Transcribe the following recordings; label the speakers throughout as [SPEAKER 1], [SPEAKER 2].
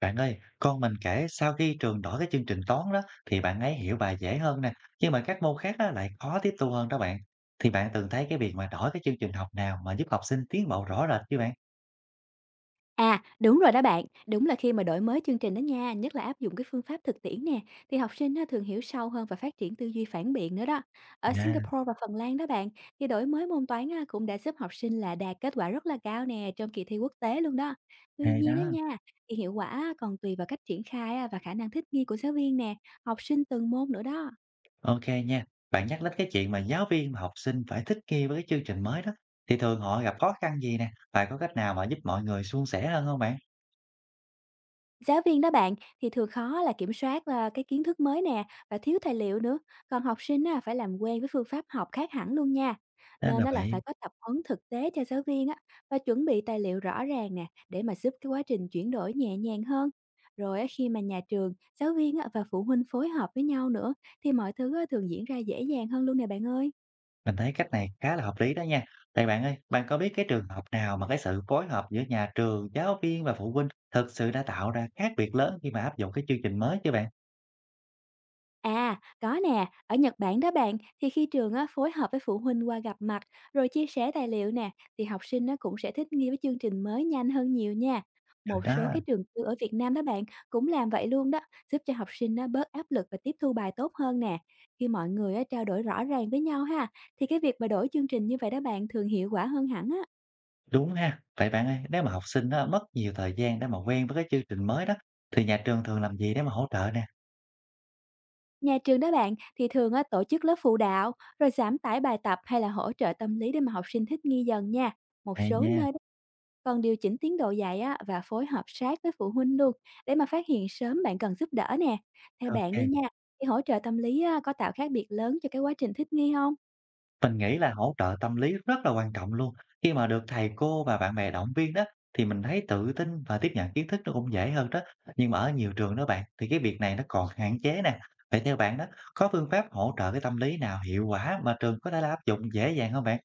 [SPEAKER 1] Bạn ơi, con mình kể sau khi trường đổi cái chương trình toán đó thì bạn ấy hiểu bài dễ hơn nè, nhưng mà các môn khác á, lại khó tiếp thu hơn đó bạn. Thì bạn từng thấy cái việc mà đổi cái chương trình học nào mà giúp học sinh tiến bộ rõ rệt chứ bạn?
[SPEAKER 2] À, đúng rồi đó bạn. Đúng là khi mà đổi mới chương trình đó nha, nhất là áp dụng cái phương pháp thực tiễn nè, thì học sinh á, thường hiểu sâu hơn và phát triển tư duy phản biện nữa đó. Ở
[SPEAKER 1] À,
[SPEAKER 2] Singapore và Phần Lan đó bạn, thì đổi mới môn toán á, cũng đã giúp học sinh là đạt kết quả rất là cao nè trong kỳ thi quốc tế luôn đó. Tuy
[SPEAKER 1] hay
[SPEAKER 2] nhiên đó
[SPEAKER 1] đó.
[SPEAKER 2] nha, thì hiệu quả á, còn tùy vào cách triển khai á, và khả năng thích nghi của giáo viên nè, học sinh từng môn nữa đó.
[SPEAKER 1] Ok nha. Bạn nhắc đến cái chuyện mà giáo viên và học sinh phải thích nghi với cái chương trình mới đó thì thường họ gặp khó khăn gì nè, và có cách nào mà giúp mọi người suôn sẻ hơn không bạn?
[SPEAKER 2] Giáo viên đó bạn thì thường khó là kiểm soát, cái kiến thức mới nè và thiếu tài liệu nữa, còn học sinh á phải làm quen với phương pháp học khác hẳn luôn nha.
[SPEAKER 1] Đó
[SPEAKER 2] Nên
[SPEAKER 1] là
[SPEAKER 2] nó là phải
[SPEAKER 1] vậy.
[SPEAKER 2] có tập huấn thực tế cho giáo viên á và chuẩn bị tài liệu rõ ràng nè để mà giúp cái quá trình chuyển đổi nhẹ nhàng hơn. Rồi á, khi mà nhà trường, giáo viên á và phụ huynh phối hợp với nhau nữa thì mọi thứ á thường diễn ra dễ dàng hơn luôn nè bạn ơi.
[SPEAKER 1] Mình thấy cách này khá là hợp lý đó nha. Vậy bạn ơi, bạn có biết cái trường hợp nào mà cái sự phối hợp giữa nhà trường, giáo viên và phụ huynh thực sự đã tạo ra khác biệt lớn khi mà áp dụng cái chương trình mới chứ bạn?
[SPEAKER 2] À, có nè, ở Nhật Bản đó bạn, thì khi trường á, phối hợp với phụ huynh qua gặp mặt rồi chia sẻ tài liệu nè, thì học sinh nó cũng sẽ thích nghi với chương trình mới nhanh hơn nhiều nha.
[SPEAKER 1] Được
[SPEAKER 2] Một số
[SPEAKER 1] đó,
[SPEAKER 2] cái trường tư ở Việt Nam đó bạn cũng làm vậy luôn đó, giúp cho học sinh nó bớt áp lực và tiếp thu bài tốt hơn nè. Khi mọi người á, trao đổi rõ ràng với nhau ha, thì cái việc mà đổi chương trình như vậy đó bạn thường hiệu quả hơn hẳn á.
[SPEAKER 1] đúng ha. Vậy bạn ơi, nếu mà học sinh á, mất nhiều thời gian để mà quen với cái chương trình mới đó, thì nhà trường thường làm gì để mà hỗ trợ nè?
[SPEAKER 2] Nhà trường đó bạn thì thường á, tổ chức lớp phụ đạo, rồi giảm tải bài tập hay là hỗ trợ tâm lý để mà học sinh thích nghi dần nha. Một
[SPEAKER 1] Hay
[SPEAKER 2] số
[SPEAKER 1] nha,
[SPEAKER 2] nơi còn điều chỉnh tiến độ dạy á và phối hợp sát với phụ huynh luôn để mà phát hiện sớm bạn cần giúp đỡ nè. Theo bạn đi
[SPEAKER 1] ok.
[SPEAKER 2] nha, thì hỗ trợ tâm lý á, có tạo khác biệt lớn cho cái quá trình thích nghi không?
[SPEAKER 1] Mình nghĩ là hỗ trợ tâm lý rất là quan trọng luôn. Khi mà được thầy cô và bạn bè động viên đó, thì mình thấy tự tin và tiếp nhận kiến thức nó cũng dễ hơn đó. Nhưng mà ở nhiều trường đó bạn, thì cái việc này nó còn hạn chế nè. Vậy theo bạn đó, có phương pháp hỗ trợ cái tâm lý nào hiệu quả mà trường có thể là áp dụng dễ dàng không bạn?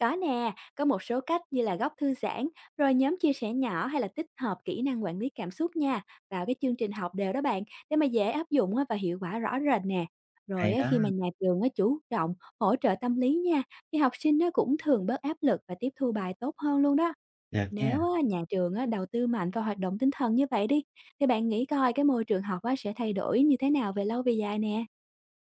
[SPEAKER 2] Có nè, có một số cách như là góc thư giãn, rồi nhóm chia sẻ nhỏ hay là tích hợp kỹ năng quản lý cảm xúc nha vào cái chương trình học đều đó bạn để mà dễ áp dụng á và hiệu quả rõ rệt nè. Rồi
[SPEAKER 1] Hay
[SPEAKER 2] á,
[SPEAKER 1] đó,
[SPEAKER 2] khi mà nhà trường á, chủ động hỗ trợ tâm lý nha thì học sinh nó cũng thường bớt áp lực và tiếp thu bài tốt hơn luôn đó.
[SPEAKER 1] được nha.
[SPEAKER 2] Nếu á, nhà trường á, đầu tư mạnh vào hoạt động tinh thần như vậy đi, thì bạn nghĩ coi cái môi trường học á, sẽ thay đổi như thế nào về lâu về dài nè?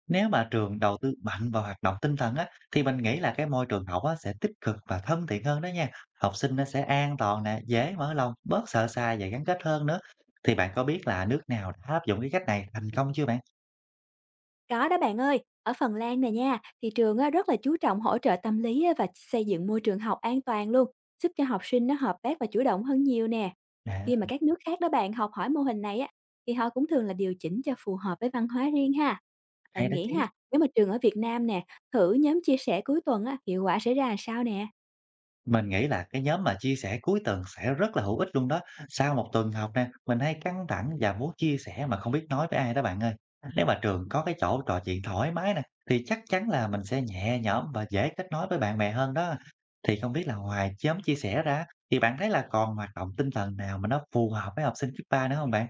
[SPEAKER 1] Nếu mà trường đầu tư mạnh vào hoạt động tinh thần á, thì mình nghĩ là cái môi trường học á, sẽ tích cực và thân thiện hơn đó nha. Học sinh nó sẽ an toàn nè, dễ mở lòng, bớt sợ sai và gắn kết hơn nữa. Thì bạn có biết là nước nào đã áp dụng cái cách này thành công chưa bạn?
[SPEAKER 2] Có đó bạn ơi, ở Phần Lan này nha, thì trường á, rất là chú trọng hỗ trợ tâm lý á, và xây dựng môi trường học an toàn luôn, giúp cho học sinh nó hợp tác và chủ động hơn nhiều nè.
[SPEAKER 1] À,
[SPEAKER 2] Khi mà các nước khác đó bạn học hỏi mô hình này á, thì họ cũng thường là điều chỉnh cho phù hợp với văn hóa riêng ha.
[SPEAKER 1] hay
[SPEAKER 2] Bạn
[SPEAKER 1] đó
[SPEAKER 2] nghĩ
[SPEAKER 1] chứ.
[SPEAKER 2] ha, nếu mà trường ở Việt Nam nè, thử nhóm chia sẻ cuối tuần á, hiệu quả sẽ ra làm sao nè?
[SPEAKER 1] Mình nghĩ là cái nhóm mà chia sẻ cuối tuần sẽ rất là hữu ích luôn đó. Sau một tuần học nè, mình hay căng thẳng và muốn chia sẻ mà không biết nói với ai đó bạn ơi. Nếu mà trường có cái chỗ trò chuyện thoải mái nè, thì chắc chắn là mình sẽ nhẹ nhõm và dễ kết nối với bạn bè hơn đó. Thì không biết là ngoài nhóm chia sẻ ra, thì bạn thấy là còn hoạt động tinh thần nào mà nó phù hợp với học sinh cấp 3 nữa không bạn?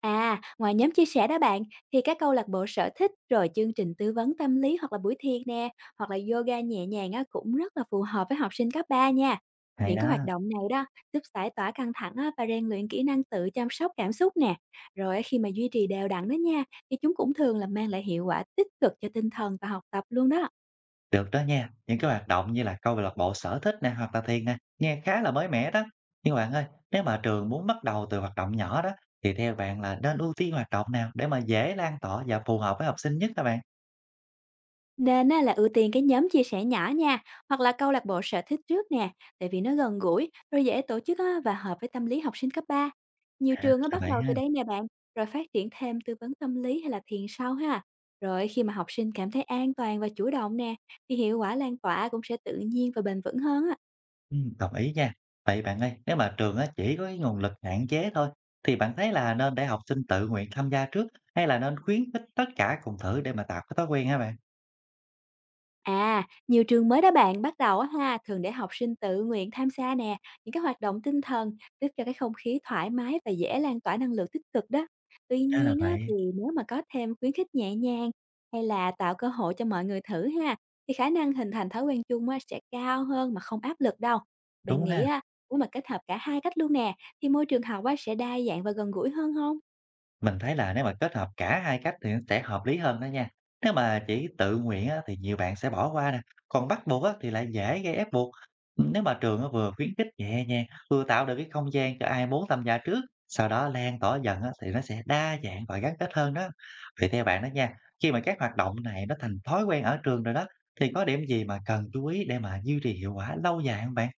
[SPEAKER 2] À, ngoài nhóm chia sẻ đó bạn, thì các câu lạc bộ sở thích, rồi chương trình tư vấn tâm lý hoặc là buổi thiền nè, hoặc là yoga nhẹ nhàng á, cũng rất là phù hợp với học sinh cấp 3 nha.
[SPEAKER 1] Hay
[SPEAKER 2] Những cái hoạt
[SPEAKER 1] đó.
[SPEAKER 2] động này đó giúp giải tỏa căng thẳng á, và rèn luyện kỹ năng tự chăm sóc cảm xúc nè. Rồi á, khi mà duy trì đều đặn đó nha, thì chúng cũng thường là mang lại hiệu quả tích cực cho tinh thần và học tập luôn đó.
[SPEAKER 1] Được đó nha, những cái hoạt động như là câu lạc bộ sở thích nè hoặc là thiền nè, nghe khá là mới mẻ đó. Nhưng mà bạn ơi, nếu mà trường muốn bắt đầu từ hoạt động nhỏ đó, thì theo bạn là nên ưu tiên hoạt động nào để mà dễ lan tỏa và phù hợp với học sinh nhất các bạn?
[SPEAKER 2] Nên á, là ưu tiên cái nhóm chia sẻ nhỏ nha, hoặc là câu lạc bộ sở thích trước nè, tại vì nó gần gũi, rồi dễ tổ chức á, và hợp với tâm lý học sinh cấp 3. Nhiều
[SPEAKER 1] À,
[SPEAKER 2] trường á,
[SPEAKER 1] là
[SPEAKER 2] bắt
[SPEAKER 1] vậy
[SPEAKER 2] đầu
[SPEAKER 1] ha.
[SPEAKER 2] từ đây nè bạn, rồi phát triển thêm tư vấn tâm lý hay là thiền sau ha. Rồi khi mà học sinh cảm thấy an toàn và chủ động nè, thì hiệu quả lan tỏa cũng sẽ tự nhiên và bền vững hơn á.
[SPEAKER 1] Ừ, đồng ý nha. Vậy bạn ơi, nếu mà trường á, chỉ có cái nguồn lực hạn chế thôi, thì bạn thấy là nên để học sinh tự nguyện tham gia trước hay là nên khuyến khích tất cả cùng thử để mà tạo cái thói quen hả bạn?
[SPEAKER 2] À, nhiều trường mới đó bạn bắt đầu á ha, thường để học sinh tự nguyện tham gia nè, những cái hoạt động tinh thần giúp cho cái không khí thoải mái và dễ lan tỏa năng lượng tích cực đó. Tuy
[SPEAKER 1] À, là
[SPEAKER 2] nhiên á, thì
[SPEAKER 1] vậy.
[SPEAKER 2] nếu mà có thêm khuyến khích nhẹ nhàng hay là tạo cơ hội cho mọi người thử ha, thì khả năng hình thành thói quen chung á, sẽ cao hơn mà không áp lực đâu. Bạn
[SPEAKER 1] Đúng
[SPEAKER 2] nghĩ
[SPEAKER 1] ha.
[SPEAKER 2] á, nếu mà kết hợp cả hai cách luôn nè, thì môi trường học á, sẽ đa dạng và gần gũi hơn không?
[SPEAKER 1] Mình thấy là nếu mà kết hợp cả hai cách thì nó sẽ hợp lý hơn đó nha. Nếu mà chỉ tự nguyện á, thì nhiều bạn sẽ bỏ qua nè, còn bắt buộc á, thì lại dễ gây ép buộc. Nếu mà trường á, vừa khuyến khích nhẹ nhàng, vừa tạo được cái không gian cho ai muốn tham gia trước, sau đó lan tỏa dần á, thì nó sẽ đa dạng và gắn kết hơn đó. Vậy theo bạn đó nha, khi mà các hoạt động này nó thành thói quen ở trường rồi đó, thì có điểm gì mà cần chú ý để mà duy trì hiệu quả lâu dài không bạn?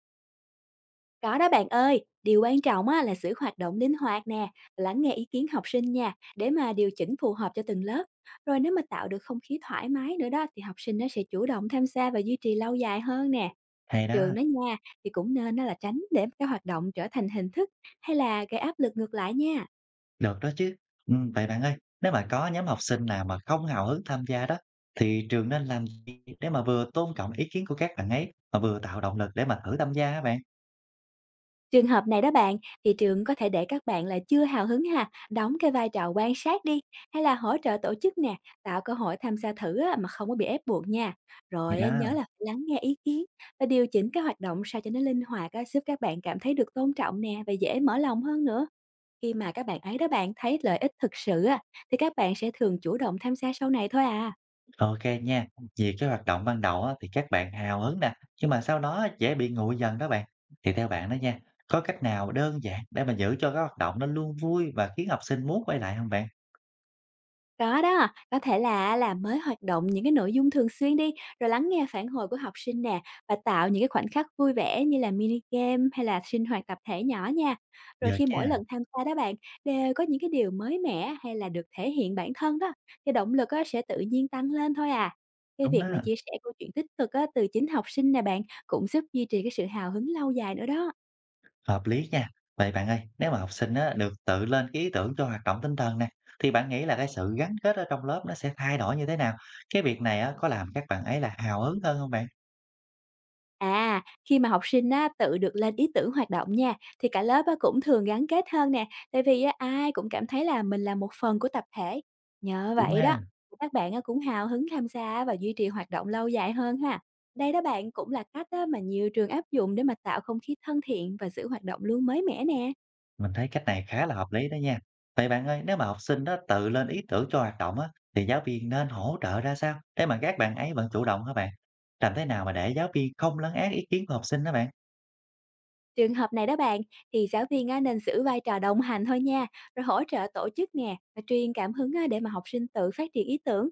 [SPEAKER 2] Có đó bạn ơi, điều quan trọng á, là giữ hoạt động linh hoạt nè, lắng nghe ý kiến học sinh nha, để mà điều chỉnh phù hợp cho từng lớp. Rồi nếu mà tạo được không khí thoải mái nữa đó thì học sinh nó sẽ chủ động tham gia và duy trì lâu dài hơn nè.
[SPEAKER 1] Hay
[SPEAKER 2] Trường
[SPEAKER 1] đó.
[SPEAKER 2] đó nha thì cũng nên đó là tránh để cái hoạt động trở thành hình thức hay là gây áp lực ngược lại nha.
[SPEAKER 1] Được đó chứ. Vậy bạn ơi, nếu mà có nhóm học sinh nào mà không hào hứng tham gia đó, thì trường nên làm gì để mà vừa tôn trọng ý kiến của các bạn ấy, mà vừa tạo động lực để mà thử tham gia á bạn?
[SPEAKER 2] Trường hợp này đó bạn, thì trường có thể để các bạn là chưa hào hứng ha, đóng cái vai trò quan sát đi, hay là hỗ trợ tổ chức nè, tạo cơ hội tham gia thử á, mà không có bị ép buộc nha.
[SPEAKER 1] Thì
[SPEAKER 2] Rồi á,
[SPEAKER 1] đó,
[SPEAKER 2] nhớ là phải lắng nghe ý kiến và điều chỉnh cái hoạt động sao cho nó linh hoạt á, giúp các bạn cảm thấy được tôn trọng nè và dễ mở lòng hơn nữa. Khi mà các bạn ấy đó bạn thấy lợi ích thực sự á, thì các bạn sẽ thường chủ động tham gia sau này thôi à.
[SPEAKER 1] ok nha. Vì cái hoạt động ban đầu á, thì các bạn hào hứng nè, nhưng mà sau đó dễ bị nguội dần đó bạn. Thì theo bạn đó nha, có cách nào đơn giản để mà giữ cho cái hoạt động nó luôn vui và khiến học sinh muốn quay lại không bạn?
[SPEAKER 2] Có đó, có thể là làm mới hoạt động những cái nội dung thường xuyên đi, rồi lắng nghe phản hồi của học sinh nè và tạo những cái khoảnh khắc vui vẻ như là mini game hay là sinh hoạt tập thể nhỏ nha. Rồi
[SPEAKER 1] Được
[SPEAKER 2] khi mỗi
[SPEAKER 1] nha,
[SPEAKER 2] lần tham gia đó bạn đều có những cái điều mới mẻ hay là được thể hiện bản thân đó, thì động lực á, sẽ tự nhiên tăng lên thôi à. Cái
[SPEAKER 1] đúng
[SPEAKER 2] việc mà
[SPEAKER 1] đó.
[SPEAKER 2] chia sẻ câu chuyện tích cực á, từ chính học sinh nè bạn cũng giúp duy trì cái sự hào hứng lâu dài nữa đó.
[SPEAKER 1] Hợp lý nha. Vậy bạn ơi, nếu mà học sinh á, được tự lên cái ý tưởng cho hoạt động tinh thần nè, thì bạn nghĩ là cái sự gắn kết ở trong lớp nó sẽ thay đổi như thế nào? Cái việc này á, có làm các bạn ấy là hào hứng hơn không bạn?
[SPEAKER 2] À, khi mà học sinh á, tự được lên ý tưởng hoạt động nha, thì cả lớp á, cũng thường gắn kết hơn nè, tại vì á, ai cũng cảm thấy là mình là một phần của tập thể. Nhờ
[SPEAKER 1] Đúng
[SPEAKER 2] vậy
[SPEAKER 1] ha.
[SPEAKER 2] đó, các bạn á, cũng hào hứng tham gia và duy trì hoạt động lâu dài hơn ha. Đây đó bạn cũng là cách á, mà nhiều trường áp dụng để mà tạo không khí thân thiện và giữ hoạt động luôn mới mẻ nè.
[SPEAKER 1] Mình thấy cách này khá là hợp lý đó nha. Vậy bạn ơi, nếu mà học sinh đó tự lên ý tưởng cho hoạt động á, thì giáo viên nên hỗ trợ ra sao để mà các bạn ấy vẫn chủ động hả bạn? Làm thế nào mà để giáo viên không lấn át ý kiến của học sinh đó bạn?
[SPEAKER 2] Trường hợp này đó bạn, thì giáo viên á, nên giữ vai trò đồng hành thôi nha, rồi hỗ trợ tổ chức nè, và truyền cảm hứng á, để mà học sinh tự phát triển ý tưởng.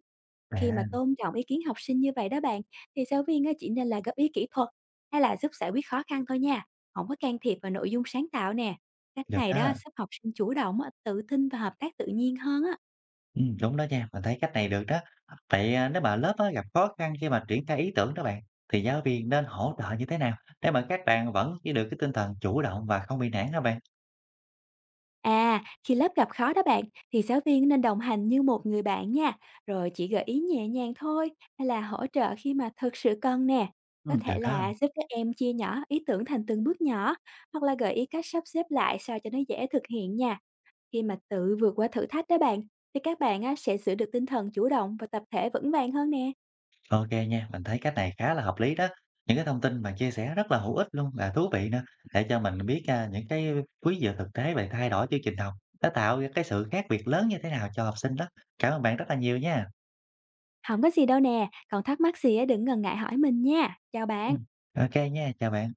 [SPEAKER 2] Khi mà
[SPEAKER 1] À,
[SPEAKER 2] tôn trọng ý kiến học sinh như vậy đó bạn, thì giáo viên á, chỉ nên là góp ý kỹ thuật hay là giúp giải quyết khó khăn thôi nha, không có can thiệp vào nội dung sáng tạo nè. Cách
[SPEAKER 1] được
[SPEAKER 2] này
[SPEAKER 1] đó.
[SPEAKER 2] đó giúp học sinh chủ động, á, tự tin và hợp tác tự nhiên hơn á.
[SPEAKER 1] Đúng đó nha, mình thấy cách này được đó. Vậy, nếu mà lớp á gặp khó khăn khi mà triển khai ý tưởng đó bạn, thì giáo viên nên hỗ trợ như thế nào để mà các bạn vẫn giữ được cái tinh thần chủ động và không bị nản đó bạn?
[SPEAKER 2] À, khi lớp gặp khó đó bạn, thì giáo viên nên đồng hành như một người bạn nha, rồi chỉ gợi ý nhẹ nhàng thôi, hay là hỗ trợ khi mà thực sự cần nè. Có
[SPEAKER 1] Được
[SPEAKER 2] thể
[SPEAKER 1] đó,
[SPEAKER 2] là giúp các em chia nhỏ ý tưởng thành từng bước nhỏ, hoặc là gợi ý cách sắp xếp lại sao cho nó dễ thực hiện nha. Khi mà tự vượt qua thử thách đó bạn, thì các bạn á, sẽ giữ được tinh thần chủ động và tập thể vững vàng hơn nè.
[SPEAKER 1] ok nha, mình thấy cách này khá là hợp lý đó. Những cái thông tin bạn chia sẻ rất là hữu ích luôn và thú vị nữa, để cho mình biết, những cái quý dựa thực tế về thay đổi chương trình học đã tạo ra cái sự khác biệt lớn như thế nào cho học sinh đó. Cảm ơn bạn rất là nhiều nha.
[SPEAKER 2] Không có gì đâu nè, còn thắc mắc gì á, đừng ngần ngại hỏi mình nha. Chào bạn.
[SPEAKER 1] Ừm, ô nha, chào bạn.